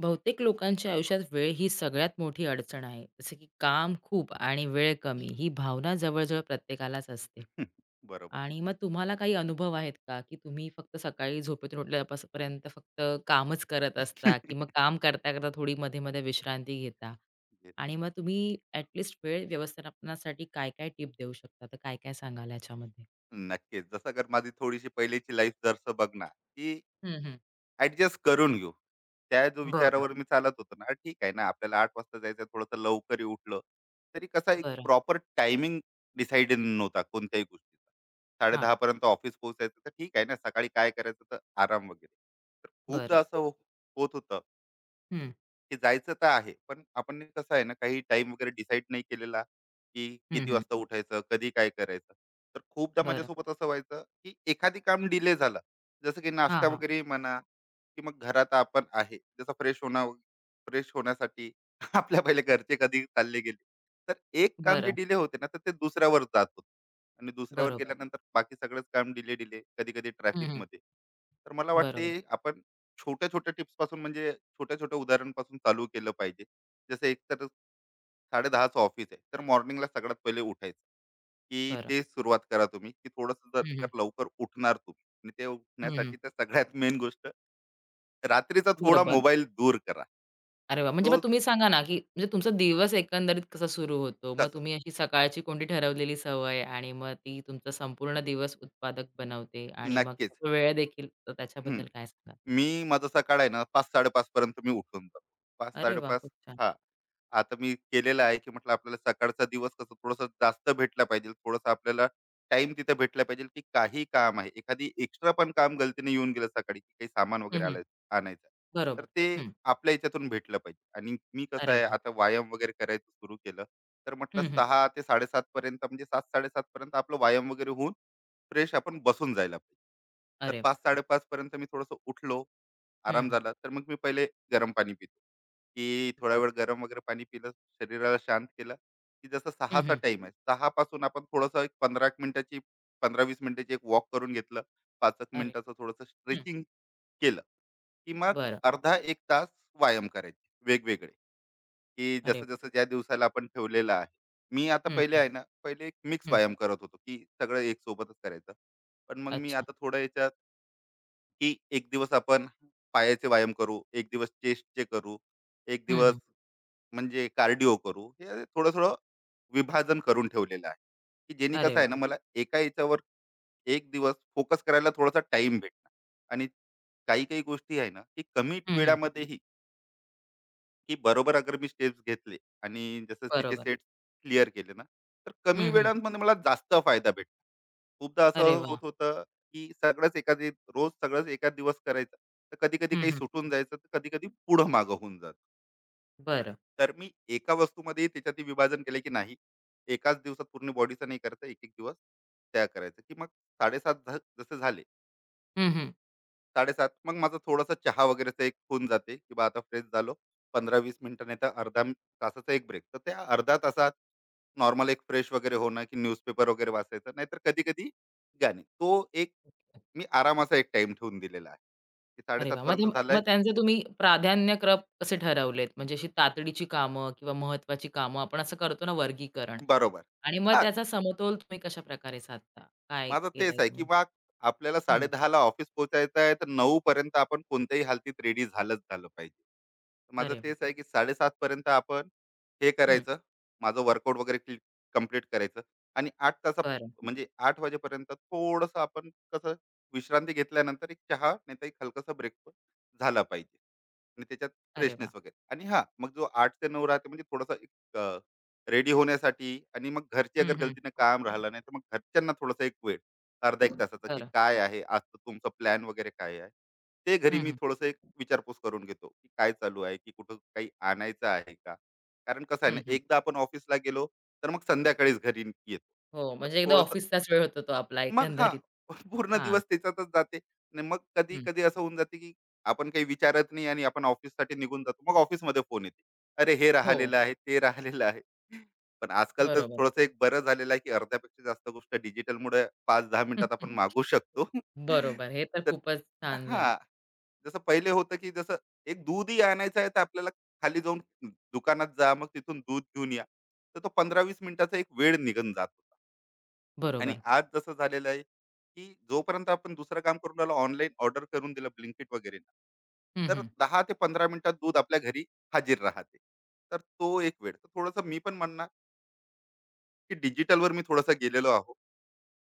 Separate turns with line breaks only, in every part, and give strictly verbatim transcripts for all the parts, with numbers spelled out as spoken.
बहुतेक लोकांच्या आयुष्यात वेळ ही सगळ्यात मोठी अडचण आहे. जसं की काम खूप आणि वेळ कमी ही भावना जवळ-जवळ प्रत्येकालाच असते.
हं, बरोबर.
आणि मग तुम्हाला काही अनुभव आहेत का, की तुम्ही फक्त सकाळी झोपेतून उठल्यापास पर्यंत फक्त कामच करत असता, की मग काम करता-करता थोडी मध्ये-मध्ये विश्रांती घेता? आणि
घेतात.
मग तुम्ही ॲट वेळ व्यवस्थापनासाठी काय-काय टिप देऊ शकता? तर काय-काय सांगाल याच्यामध्ये?
नक्कीच. जसं अगर माझी थोडीशी पहिलीची लाईफ जसं बघणार, की
हं, हं.
ॲडजस्ट करून घेऊ. त्या जो
बरं,
विचारावर मी चालत होतो ना, ठीक आहे ना, आपल्याला आठ वाजता जायचं आहे, थोडंसं लवकरही उठलं, तरी कसा एक
बरं.
प्रॉपर टायमिंग डिसाईड नव्हता कोणत्याही गोष्टीचा.
हां,
साडे दहा पर्यंत ऑफिस पोहोचायचं, तर ठीक आहे ना, सकाळी काय करायचं तर आराम वगैरे. तर खूपदा
बरं.
असं हो होत होतं
हं,
की जायचं तर आहे पण आपण कसं आहे ना काही टाइम वगैरे डिसाईड नाही केलेला की
हं,
किती
हं.
वाजता उठायचं कधी काय करायचं. तर खूपदा
बरं.
माझ्यासोबत असं व्हायचं की एखादी काम डिले झालं, जसं की
हां,
नाश्ता
हां.
वगैरे म्हणा की मग घरात आपण आहे जसं फ्रेश होणं, फ्रेश होण्यासाठी आपल्या पहिले घरचे कधी चालले गेले, तर एक काम जे
बरं.
डिले होते ना तर ते दुसऱ्यावर जात होते आणि दुसऱ्यावर
बरोबर.
गेल्यानंतर बाकी सगळंच काम डिले डिले कधी कधी
हं, हं.
ट्रॅफिकमध्ये. तर मला वाटते
बरोबर.
आपण छोट्या छोट्या टिप्स पासून म्हणजे छोट्या छोट्या उदाहरणापासून चालू केलं पाहिजे. जसं एक तर साडे दहाचं ऑफिस आहे, तर मॉर्निंगला सगळ्यात पहिले उठायचं, की
बरं.
ते सुरुवात करा तुम्ही, की थोडंसं जर
हं, हं.
जर लवकर उठणार तुम्ही आणि ते
हं, हं.
उठण्यासाठी तर सगळ्यात मेन गोष्ट, रात्रीचा थोडा
बरोबर.
मोबाईल दूर करा.
अरे वाह! म्हणजे मग
तो
तुम्ही सांगा ना, की म्हणजे तुमचा दिवस एकंदरीत कसा सुरू होतो? मग
कसं
तुम्ही अशी सकाळची कोणती ठरवलेली सवय आणि मग ती तुमचा संपूर्ण दिवस उत्पादक बनवते आणि मग
नक्कीच.
वेळ देखील तर
हं.
त्याच्याबद्दल काय सांगाल?
मी माझा सकाळ आहे ना पाच-साडे पाच पर्यंत मी उठून जातो.
अरे वाह!
पाच-साडे पाच.
खूप छान.
हां. आता मी केलेलं आहे, की म्हटलं आपल्याला सकाळचा दिवस कसं थोडंसं जास्त भेटला पाहिजे. थोडंसं आपल्याला टाइम तिथे भेटला पाहिजे, की काही काम आहे. एखादी एक्स्ट्रा पण काम गलतीने येऊन गेलं सकाळी, की काही सामान
हं,
वगैरे
हं.
आलं आणायचं आहे. तर
बरोबर.
ते
हं.
आपल्या याच्यातून भेटलं पाहिजे. आणि मी कसं
अरे
आहे
वाह!
आता व्यायाम वगैरे करायचं सुरू केलं. तर म्हटलं
हं, हं.
सहा ते साडे सात पर्यंत म्हणजे सात-साडे सात पर्यंत आपलं व्यायाम वगैरे होऊन फ्रेश आपण बसून जायला पाहिजे. तर
अरे वाह!
पाच-साडे पाच पर्यंत मी थोडंसं उठलो,
हं,
आराम
हं.
झाला, तर मग मी पहिले गरम पाणी पितो, की थोडा
बरोबर.
वेळ गरम वगैरे पाणी पिलं, शरीराला शांत केलं, की जसं
हं,
सहाचा
हं.
टाईम आहे. सहा पासून आपण थोडंसं एक पंधरा मिनिटाची पंधरा ते वीस मिनिटाची एक वॉक करून घेतलं. पाच एक
अरे
मिनिटाचं थोडंसं
हं.
स्ट्रेचिंग केलं, की मग
बरं.
अर्धा एक तास व्यायाम करायचे वेगवेगळे. की
अरे
जसं
वाह!
जसं ज्या दिवसाला आपण ठेवलेलं आहे. मी आता
हं,
पहिले
हं.
आहे ना, पहिले एक मिक्स
हं.
व्यायाम करत होतो, की सगळं एक सोबतच करायचं. पण मग मी
अच्छा.
आता थोडं याच्यात, की एक दिवस आपण पायाचे व्यायाम करू, एक दिवस चेस्टचे करू, एक
हं,
दिवस
हं.
म्हणजे कार्डिओ करू. हे थोडं-थोडं विभाजन करून ठेवलेलं आहे, की जेणे
अरे
कसं आहे
वाह!
ना, मला एका याच्यावर एक दिवस फोकस करायला थोडासा टाईम भेटणार आणि काही-काही गोष्टी आहे ना, की कमी
हं, हं.
वेळामध्येही की बरोबर अगर मी स्टेप्स घेतले आणि जसं तिचे
बरोबर.
सेट क्लिअर केले ना तर कमी
हं, हं.
वेळांमध्ये मला जास्त फायदा भेटला. खूपदा
अरे
असं
वाह!
होत होतं की सगळंच एका दि- रोज सगळंच एका दिवस करायचं तर कधी कधी
हं,
काही
हं.
सुटून जायचं तर कधी कधी पुढं मागं होऊन जात.
बरं.
तर मी एका वस्तूमध्ये त्याच्यात विभाजन केलं की नाही एकाच दिवसात पूर्ण बॉडीचं नाही करायचं, एक एक दिवस त्या करायचं की मग साडेसात झा- जसे झाले
हं, हं.
साडेसात मग माझा थोडासा चहा वगैरेचा एक होऊन जाते की बा आता फ्रेश झालो. पंधरा वीस मिनिटं नाही तर अर्धा तासाचा एक ब्रेक, तर त्या अर्धा तासात नॉर्मल एक फ्रेश वगैरे होणं की न्यूजपेपर वगैरे वाचायचं नाहीतर कधी कधी गाणे तो एक मी आरामाचा एक टाइम ठेवून दिलेला आहे की
अरे
साडेसात
वाह! मग ते
पर्यंत
मग
झालाय
त्यांचे तुम्ही प्राधान्यक्रम कसे ठरवलेत? म्हणजे अशी तातडीची कामं किंवा महत्त्वाची कामं आपण असं करतो ना वर्गीकरण
बरोबर.
आणि मग
हा
त्याचा समतोल तुम्ही कशाप्रकारे साधता? काय
माझं तेच
केलंय
आहे, की
तुम्ही?
बा आपल्याला
हं.
10:30ला ऑफिस पोहोचायचं आहे, तर नऊ पर्यंत आपण कोणत्याही हालतीत रेडी झालंच झालं पाहिजे. तर माझं
अरे वाह!
तेच आहे, की साडे सात पर्यंत आपण हे
हं.
करायचं, माझं वर्कआउट वगैरे क्ली कंप्लीट करायचं आणि आठ तासा
बरं.
म्हणजे आठ वाजेपर्यंत थोडंसं आपण कसं विश्रांती घेतल्यानंतर एक चहा नाहीतर एक हलकासा ब्रेकफास्ट झाला पाहिजे आणि त्याच्यात
अरे वाह!
फ्रेशनेस वगैरे. आणि हां, मग जो आठ ते नऊ राहते म्हणजे थोडासा रेडी होण्यासाठी, आणि मग घरची
हं,
अगर
हं.
गलतीनं काम राहिलं नाही तर मग घरच्यांना थोडासा एक वेळ अर्धा एक तासाचा की
बरं.
काय आहे आजचं तुमचा प्लॅन वगैरे काय आहे, ते घरी
हं,
मी
हं.
थोडंसं एक विचारपूस करून घेतो की काय चालू आहे की कुठं काही आणायचं आहे का. कारण कसं आहे
हं,
ना
हं.
एकदा आपण ऑफिसला गेलो तर मग संध्याकाळीच घरी येतो.
हो,
तर
म्हणजे एकदा
थोडंसं
ऑफिसचाच वेळ होता तो आपला
मग हां.
एकंदरीत.
पूर्ण
हां.
दिवस त्याच्यातच जाते आणि मग
हं.
कधी-कधी असं होऊन जाते, की आपण काही विचारत नाही आणि आपण ऑफिससाठी निघून जातो. मग ऑफिसमध्ये फोन येते. अरे, हे
हो.
राहिलेलं आहे, ते राहिलेलं आहे. पण आजकाल तर
बरोबर.
थोडंसं एक बरं झालेलं आहे, की अर्ध्यापेक्षा जास्त गोष्ट डिजिटलमुळे पाच ते दहा मिनिटात आपण मागवू शकतो.
बरोबर. हे तर
तर
खूपच छान
हां,
झालं.
जसं पहिले होतं, की जसं एक दूधही आणायचं आहे, तर आपल्याला खाली जाऊन दुकानात जा, मग तिथून दूध घेऊन या. तर तो पंधरा ते वीस मिनिटाचा एक वेळ निघून जातो. आणि
बरोबर.
आज जसं झालेलं आहे की जोपर्यंत आपण दुसरं काम करून राहिलो ऑनलाईन ऑर्डर करून दिलं ब्लिंकिट वगैरे
हं,
तर
हं.
दहा ते पंधरा मिनिटात दूध आपल्या घरी हाजीर राहते. तर तो एक वेळ तर थोडंसं मी पण म्हणणार की डिजिटलवर मी थोडंसं गेलेलो आहो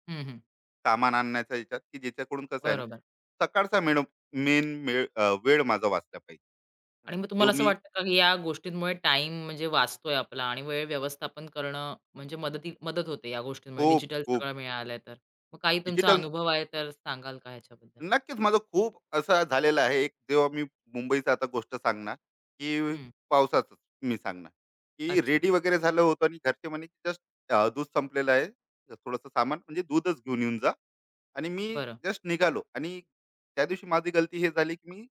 हं, हं.
सामान आणण्याच्या याच्यात की ज्याच्याकडून कसं आहे ना
बरोबर.
सकाळचा मेन मेन वेळ अं, वेळ माझा वाचला पाहिजे.
आणि मग तुम्हाला
जो
असं
मी
वाटतं का, की या गोष्टींमुळे टाईम म्हणजे वाचतोय आपला आणि वेळ व्यवस्थापन करणं म्हणजे मदती मदत होते या गोष्टींमुळे
खूप
डिजिटल
खूप
सगळं मिळालंय तर? मग काही तुमचा
डिजिटल,
अनुभव आहे तर सांगाल का ह्याच्याबद्दल?
नक्कीच माझं खूप असं झालेलं आहे एक जेव्हा मी मुंबईचं आता गोष्ट सांगणार की
हं.
पावसाचं मी सांगणार की
अच्छा.
रेडी वगैरे झालं होतं आणि घरचे म्हणे की जस्ट दूध संपलेलं आहे थोडंसं सामान म्हणजे दूधच घेऊन येऊन जा. आणि मी
बरं.
जस्ट निघालो आणि त्या दिवशी माझी गलती हे झाली की मी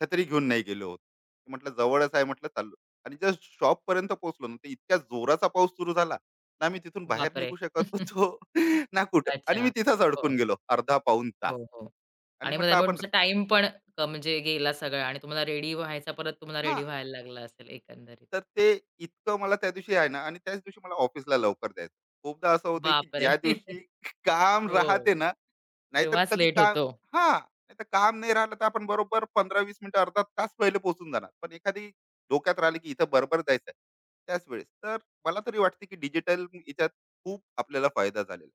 छत्री घेऊन नाही गेलो होतो, म्हटलं जवळच आहे म्हटलं चाललो. आणि जस्ट शॉप पर्यंत पोहोचलो ना तर इतक्या जोराचा पाऊस सुरू झाला ना मी तिथून बाहेर
बापरे!
निघू शकत होतो ना कुठं, आणि मी
अच्छा.
तिथंच
हो,
अडकून गेलो अर्धा पाऊन तास.
हो, हो.
आणि
आणि मग
म्हटलं
त्यामुळे
आपण
तुमचा टाईम पण क म्हणजे गेला सगळा आणि तुम्हाला रेडी व्हायचा परत तुम्हाला रेडी
हां,
व्हायला लागला असेल एकंदरीत.
तर ते इतकं मला त्या दिवशी आहे ना आणि त्याच दिवशी मला ऑफिसला लवकर जायचं. खूपदा असं होतंय की
बापरे!
ज्या दिवशी काम
हो.
राहते ना, नाहीतर
तेव्हाच
कधी
लेट
काम
होतो.
हां, नाहीतर काम नाही राहिलं तर आपण बरोबर पंधरा ते वीस मिनिटं अर्धा तास पहिले पोहोचून जाणार. पण एखादी डोक्यात राहिली की इथं बरोबर जायचं त्याच वेळेस, तर मला तरी वाटते की डिजिटल याच्यात खूप आपल्याला फायदा झालेला आहे.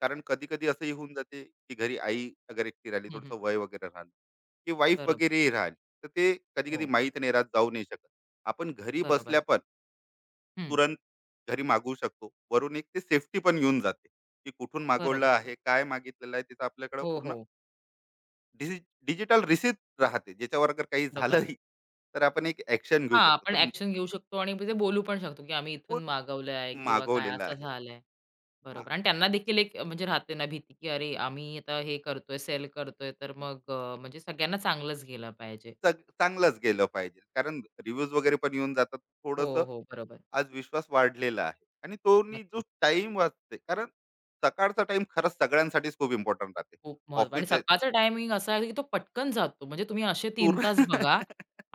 कारण कधी-कधी असंही होऊन जाते की घरी आई अगर एकटी राहिली,
हं, हं.
थोडंसं वय वगैरे राहिलं की वाईफ
बरोबर.
वगैरेही राहिली, तर ते
हो.
कधी-कधी माहीत नाही राहत, जाऊ नाही शकत. आपण घरी
बरोबर.
बसल्या पण
हं.
तुरंत घरी मागवू शकतो. वरून एक ते सेफ्टी पण येऊन जाते की कुठून मागवलं
बरोबर.
आहे काय मागितलेलं आहे तिथं आपल्याकडं
हो,
पूर्ण
हो.
डिजिटल रिसिप्ट राहते, ज्याच्यावर अगर काही
बरोबर.
झालंही तर आपण एक ऍक्शन घेऊ
हां,
शकतो.
आपण
तर
ॲक्शन घेऊ शकतो आणि ते बोलू पण शकतो, की आम्ही इथून
कोण
मागवलं आहे किंवा काय
मागवलेलं
असं
आहे.
झालंय.
हा
बरोबर आणि त्यांना देखील एक म्हणजे राहते ना भीती, की अरे आम्ही आता हे करतोय, सेल करतोय, तर मग अ, म्हणजे सगळ्यांना चांगलंच गेलं पाहिजे.
चांग- चांगलंच गेलं पाहिजे, कारण रिव्ह्यूज वगैरे पण येऊन जातात थोडस.
हो, हो. बरोबर.
आज विश्वास वाढलेला आहे आणि तो नी जो
नक्कीच.
टाइम वाचते कारण सकाळचा टाइम खरंच सगळ्यांसाठीच खूप इम्पॉर्टंट राहते.
खूप महत्व
ऑफिस
आणि सकाळचा टायमिंग असा आहे, की तो पटकन जातो. म्हणजे तुम्ही असे तीन
तूर.
तास बघा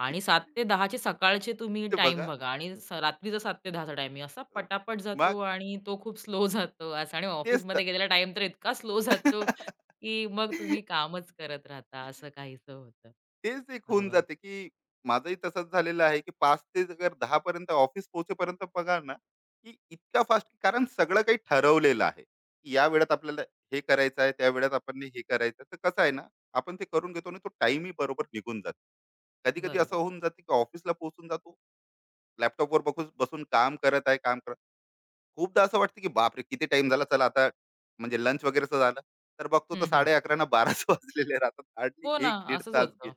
आणि सात ते दहा चे सकाळचे तुम्ही
ते
टाईम
बघा.
बघा आणि स रात्रीचा सात ते दहा चा टायमिंग असा पटापट जातो
मग
आणि तो खूप स्लो जातो असं आणि
तेच तर.
ऑफिसमध्ये गेलेला टाईम तर इतका स्लो जातो, की मग तुम्ही कामच करत राहता असं काहीसं होतं.
तेच एक होऊन
बरोबर,
जाते, की माझंही तसंच झालेलं आहे, की पाच ते जर दहा पर्यंत ऑफिस पोहोचेपर्यंत बघा ना, की इतका फास्ट कारण सगळं काही ठरवलेलं आहे, की या वेळेत आपल्याला हे करायचं आहे, त्या वेळेत आपण हे करायचं आहे. तर कसं आहे ना, आपण ते करून घेतो आणि तो टाईमही बरोबर निघून जातो. कधी-कधी
बरोबर.
असं होऊन जाते, की ऑफिसला पोहोचून जातो, लॅपटॉपवर बघून बसून काम करत आहे, काम खूपदा असं वाटतं की बापरे! किती टाइम झाला चला आता म्हणजे लंच वगैरेचं झालं, तर बघतो तर
हं, हं.
साडे अकरा ना 12:00च वाजलेले राहतात. हार्डली
हो ना,
एक दीड
असंच
तास गेले.
होतं.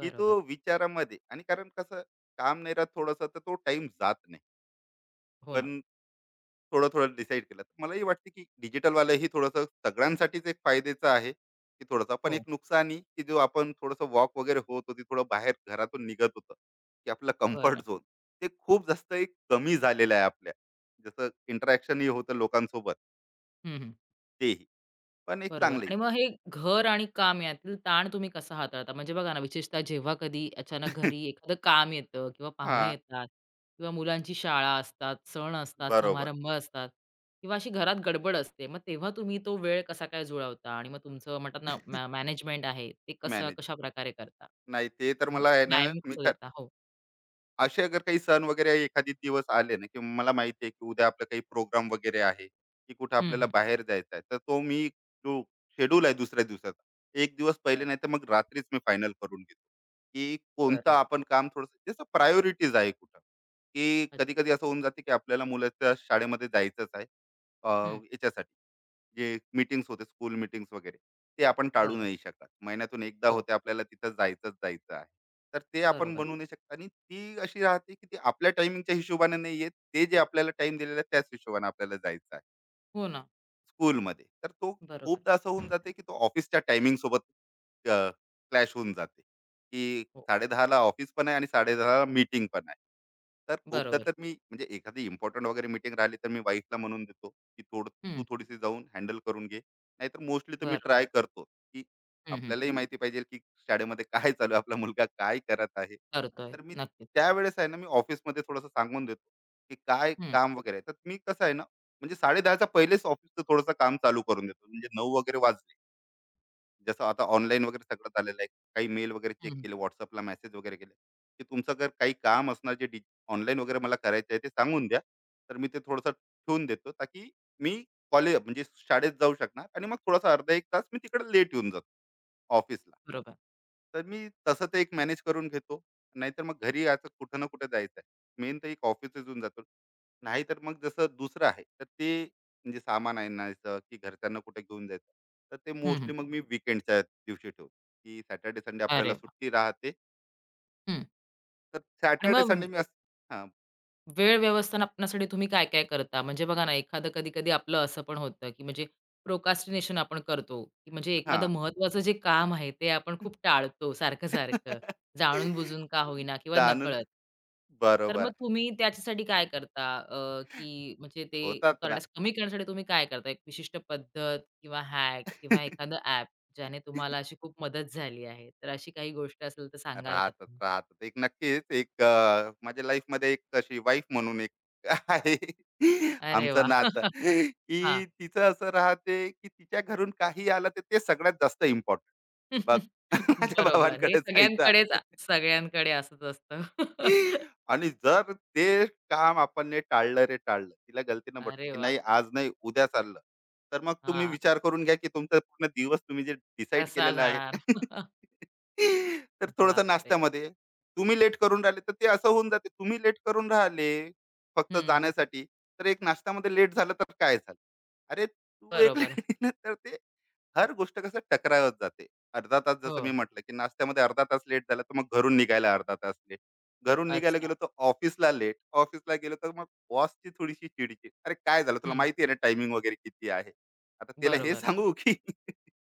की तो विचारामध्ये आणि कारण कसं काम नाही राहत थोडंसं तर तो टाइम जात नाही.
हो ना.
पण थोडं थोडं डिसाईड केलं. तर मलाही वाटते की डिजिटलवालं ही थोडंसं सगळ्यांसाठीच एक फायद्याचं आहे, की थोडंसं पण
हो.
एक नुकसानही की जो आपण थोडंसं वॉक वगैरे होत होती, थोडं बाहेर घरातून निघत होतं, की आपलं कम्फर्ट
बरं.
झोन ते खूप जास्त एक कमी झालेलं आहे आपल्या. जसं इंटरॅक्शनही होतं लोकांसोबत
हं, हं.
तेही. पण एक
बरोबर.
चांगली
आणि
आहे.
मग हे घर आणि काम यातील ताण तुम्ही कसा हाताळता? म्हणजे बघा ना, विशेषतः जेव्हा कधी अचानक घरी एखादं काम येतं किंवा पाहुणे
हां,
येतात किंवा मुलांची शाळा असतात, सण असतात,
बरोबर
समारंभ असतात किंवा अशी घरात गडबड असते. मग तेव्हा तुम्ही तो वेळ कसा काय जुळवता? आणि मग तुमचं म्हणतात ना मॅनेजमेंट आहे, ते कसं
मॅनेज.
कशाप्रकारे करता?
नाही ते तर
मग
मला आहे ना, मी
कसं देता? हो.
असे अगर काही सण वगैरे एखादी दिवस आले ना, की मला माहिती आहे, की उद्या आपला काही प्रोग्राम वगैरे आहे, की कुठे
हं,
आपल्याला
हं.
बाहेर जायचं आहे. तर तो मी जो शेड्यूल आहे दुसऱ्या दिवसाचा, एक दिवस पहिले
बरं,
नाही तर मग रात्रीच मी फायनल करून घेतो, की कोणतं
बरं.
आपण काम थोडंसं जसं प्रायोरिटीज आहे कुठं, की
अच्छ
कधी-कधी असं होऊन जाते, की आपल्याला मुलाच्या शाळेमध्ये जायचंच आहे अ,
हं.
याच्यासाठी. जे मीटिंग्स होते स्कूल मीटिंग्स वगैरे ते आपण टाळू
बरं.
नाही शकत, महिन्यातून एकदा
हो.
होते आपल्याला तिथं जायचंच जायचं आहे. तर ते आपण
बरोबर.
बनवू हो नाही शकत आणि ती अशी राहते की ती आपल्या टायमिंगच्या हिशोबाने नाही येत, ते जे आपल्याला टाइम दिलेला आहे त्याच हिशोबाने आपल्याला जायचं आहे
हो ना.
स्कूलमध्ये. तर तो
बरोबर.
खूपदा असं होऊन जाते, की तो ऑफिसच्या टायमिंग सोबत अ, क्लॅश होऊन जाते, की
हो.
साडे दहा ला ऑफिस पण आहे आणि साडे दहा ला मीटिंग पण आहे. तर खूपदा
बरोबर.
तर मी म्हणजे एखादी इम्पोर्टंट वगैरे मीटिंग राहिली, तर मी वाईफला म्हणून देतो, की थोडं तू
हं.
थोडीशी जाऊन हँडल करून घे. नाहीतर मोस्टली तर मी
बरोबर.
ट्राय करतो, की
हं, हं.
आपल्यालाही माहिती पाहिजे, की शाळेमध्ये काय चालू आहे, आपला मुलगा काय करत आहे.
करतोय.
तर मी
नक्कीच.
त्यावेळेस आहे ना, मी ऑफिसमध्ये थोडंसं सांगून देतो, की काय
हं,
काम वगैरे आहे. तर मी कसं आहे ना म्हणजे 10:30च्या पहिलेच ऑफिसचं थोडंसं काम चालू करून देतो. म्हणजे नऊ वगैरे वाजले. जसं आता ऑनलाईन वगैरे सगळं झालेलं आहे. काही मेल वगैरे चेक
हं.
केले, WhatsAppला मेसेज वगैरे केले, की तुमचं जर काही काम असणार जे डिज ऑनलाईन वगैरे मला करायचं आहे ते सांगून द्या. तर मी ते थोडंसं ठेवून देतो, ताकी मी कॉलेज म्हणजे शाळेत जाऊ शकणार आणि मग थोडासा अर्धा एक तास मी तिकडे लेट येऊन जातो. ऑफिसला.
बरोबर.
तर मी तसं ते एक मॅनेज करून घेतो. नाहीतर मग घरी आता कुठं ना कुठं जायचं आहे. मेन तर एक ऑफिसच येऊन जातो. नाहीतर मग जसं दुसरं आहे, तर ते म्हणजे सामान आणायचं की घरच्यांना कुठे घेऊन जायचं. तर ते
हं, हं.
मोस्टली मग मी वीकेंडच्या दिवशी ठेवतो, की सॅटर्डे, संडे
अरे
आपल्याला
वाह!
सुट्टी राहते.
हं.
तर
आणि
सॅटर्डे,
मग
संडे मी असं हां,
वेळ व्यवस्थापनासाठी तुम्ही काय-काय करता? म्हणजे बघा ना, एखादं कधी-कधी आपलं असं पण होतं, की म्हणजे प्रोक्रॅस्टिनेशन आपण करतो, की म्हणजे एखादं
हां.
महत्त्वाचं जे काम आहे, ते आपण खूप टाळतो सारखं-सारखं, जाणून-बुजून का होईना किंवा
जाणून
नकळत. तर
बरोबर.
मग तुम्ही त्याच्यासाठी काय करता? अ, की म्हणजे ते
होतात ना.
करण्यास कमी करण्यासाठी तुम्ही काय करता? एक विशिष्ट पद्धत किंवा हॅक किंवा एखादं ॲप ज्याने तुम्हाला अशी खूप मदत झाली आहे. तर अशी काही गोष्ट असेल तर सांगाल का
राहतात,
तुम्ही?
राहतात. एक नक्कीच एक अ, माझ्या लाईफमध्ये एक अशी वाईफ म्हणून एक आहे
अरे
आमचं
वाह!
नातं,
हां.
की तिचं असं राहते, की तिच्या घरून काही आलं तर ते सगळ्यात जास्त इम्पोर्टंट. बघ माझ्या
बरोबर. हे
भावांकडे जायचं
सगळ्यांकडेच
आहे.
सगळ्यांकडे असंच असतं.
आणि जर ते काम आपण टाळलं रे टाळलं तिला गलतीनं म्हटलं
अरे
की
वाह!
नाही आज नाही उद्या चाललं तर मग तुम्ही
हां,
विचार करून घ्या की तुमचा पूर्ण दिवस तुम्ही जे डिसाईड
कसा
केलेलं आहे.
जाणार?
तर थोडस
बापरे!
नाश्त्यामध्ये तुम्ही लेट करून राहिले तर ते असं होऊन जाते तुम्ही लेट करून राहिले फक्त
हं,
जाण्यासाठी. तर एक नाश्त्यामध्ये लेट झालं तर काय झालं अरे तू एक
बरोबर.
तर ते हर गोष्ट कसं टकरावत जाते. अर्धा तास
हो.
जसं मी म्हटलं की नाश्त्यामध्ये अर्धा तास लेट झाला तर मग घरून निघायला अर्धा तास घरून निघायला
अच्छा.
गेलो तर ऑफिसला लेट ऑफिसला गेलो तर मग बॉसची थोडीशी चिडचिड अरे काय झालं तुला
हं,
माहिती आहे ना टायमिंग वगैरे किती आहे. आता त्याला हे
बरोबर.
सांगू की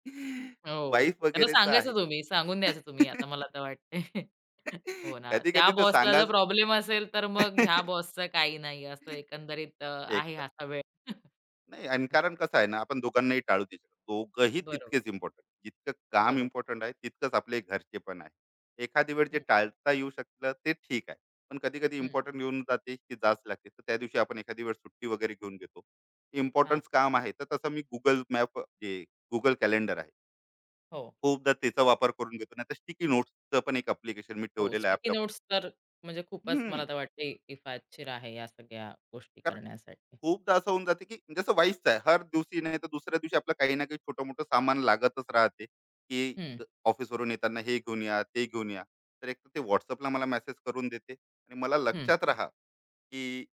हो.
वाईफ
त्यांना
वगैरेच आहे.
सांगायचं तुम्ही, सांगून द्यायचं तुम्ही आता मला तर वाटतंय. हो ना.
कधी
त्या
कधी तर
बॉसला
सांगा
जर प्रॉब्लेम असेल, तर मग ह्या बॉसचं काही नाही असं एकंदरीत अ, आहे
एकदा
असा वेळ.
नाही. आणि कारण कसं आहे ना आपण दोघांनाही टाळू देऊ शकतो. दोघंही
बरोबर,
तितकेच इम्पॉर्टंट जितकं काम
बरोबर.
इम्पॉर्टंट आहे तितकंच आपले घरचे पण आहे एखादी वेळ जे
हं,
टाळता येऊ शकलं ते ठीक आहे. पण कधी कधी
हं.
इम्पॉर्टंट येऊन जाते की जाच लागते तर त्या दिवशी आपण एखादी वेळ सुट्टी वगैरे घेऊन घेतो.
हां.
इम्पॉर्टन्स काम आहे तर तसं मी गुगल मॅप जे गुगल कॅलेंडर आहे
हो.
खूपदा त्याचा वापर करून घेतो. नाही तर स्टिकी नोट्सचं पण एक अप्लिकेशन मी
हो,
ठेवलेलं आहे
स्टिकी
आपलं.
नोट्स तर म्हणजे खूपच मला
हम्म,
तर वाटते किफायतशीर आहे या सगळ्या गोष्टी
कारण
करण्यासाठी.
खूपदा असं होऊन जाते, की जसं वाईच आहे. हर दिवशी नाही तर दुसऱ्या दिवशी आपलं काही ना काही छोटं-मोठं सामान लागतच राहते, की
हं,
ऑफिसवरून येताना हे घेऊन या, ते घेऊन या. तर एक तर ते WhatsAppला मला मेसेज करून देते आणि मला
हं.
लक्षात राहा, की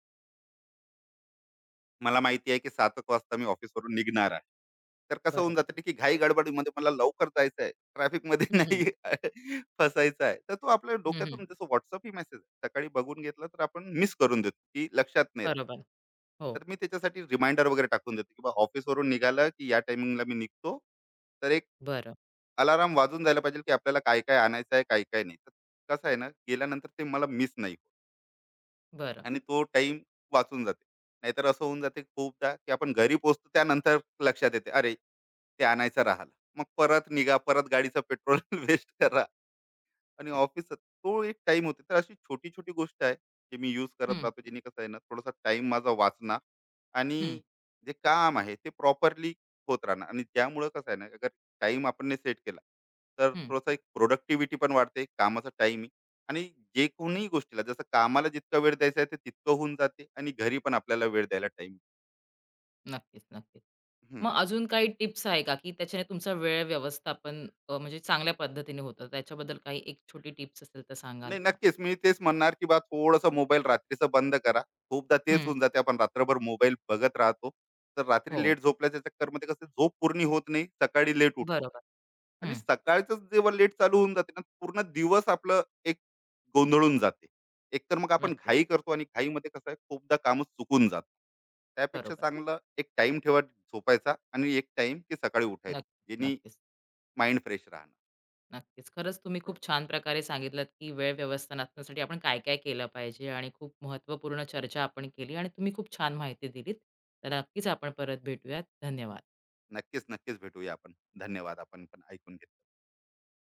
मला माहिती आहे की सात एक वाजता मी ऑफिसवरून निघणार आहे. तर कसं होऊन
बरोबर.
जातं की घाई गडबडीमध्ये मला लवकर जायचं आहे. ट्रॅफिकमध्ये
हं, हं.
नाही फसायचं आहे. तर तो आपल्या
हं, हं.
डोक्यातून जसं WhatsApp ही मेसेज सकाळी बघून घेतला तर आपण मिस करून देतो, की लक्षात नाही राहत.
बरोबर. हो.
तर मी त्याच्यासाठी रिमाइंडर वगैरे टाकून देतो, की बा ऑफिसवरून निघालं की या टायमिंगला मी निघतो. तर एक
बरं,
अलार्म वाजून जायला पाहिजे, की आपल्याला काय-काय आणायचं आहे, काय-काय नाही. तर कसं आहे ना, गेल्यानंतर ते मला मिस नाही होत.
बरं.
आणि तो टाईम वाचून जाते. नाहीतर असं होऊन जाते खूपदा, की आपण घरी पोहोचतो त्यानंतर लक्षात येते, "अरे, ते आणायचं राहिलं." मग परत निघा, परत गाडीचं पेट्रोल वेस्ट करा. आणि ऑफिसचा तो एक टाइम होते तर अशी छोटी-छोटी गोष्ट आहे, जे मी यूज करत
हं,
राहतो. जेणे कसं आहे ना, थोडासा टाइम माझा वाचणार
हं,
आणि जे काम आहे ते प्रॉपरली होत राहणार आणि त्यामुळं कसं आहे ना, अगर टाइम आपण सेट केला, तर
हं.
थोडासा एक प्रोडक्टिव्हिटी पण वाढते, कामाचा टाईमही आणि जे कोणीही गोष्टीला जसं कामाला जितका वेळ द्यायचा आहे, ते तितकं होऊन जाते आणि घरी पण आपल्याला वेळ द्यायला टाईम
नक्कीच, नक्कीच. मग अजून काही टिप्स आहे का, की त्याच्याने तुमचा वेळ व्यवस्थापन अ, म्हणजे चांगल्या पद्धतीने होतं? त्याच्याबद्दल काही एक छोटी टिप्स असेल तर सांगाल
नाही.
का?
नक्कीच मी तेच म्हणणार की बा थोडस मोबाईल रात्रीचं बंद करा. खूपदा तेच
हं.
होऊन जाते आपण रात्रभर मोबाईल बघत राहतो. तर रात्री
हो.
लेट झोपल्याच्या चक्करमध्ये कसं झोप पूर्ण होत नाही सकाळी लेट उठतो.
बरोबर.
आणि
हं.
सकाळच जेव्हा लेट चालू होऊन जाते ना पूर्ण दिवस आपलं एक गोंधळून जाते. एकतर मग आपण
नक्कीच.
घाई करतो आणि घाईमध्ये कसं आहे खूपदा कामच चुकून जातं. त्यापेक्षा
बरोबर.
चांगलं एक टाइम ठेवा झोपायचा आणि एक टाइम की सकाळी उठायचा
नक्कीच,
जेणे
नक्कीच.
माइंड फ्रेश राहणार.
नक्कीच. खरंच तुम्ही खूप छान प्रकारे सांगितलंत, की वेळ व्यवस्थापनासाठी आपण काय-काय केलं पाहिजे आणि खूप महत्त्वपूर्ण चर्चा आपण केली आणि तुम्ही खूप छान माहिती दिलीत. तर नक्कीच आपण परत भेटूयात. धन्यवाद.
नक्कीच नक्कीच भेटूया आपण. धन्यवाद आपण पण ऐकून घेतलं.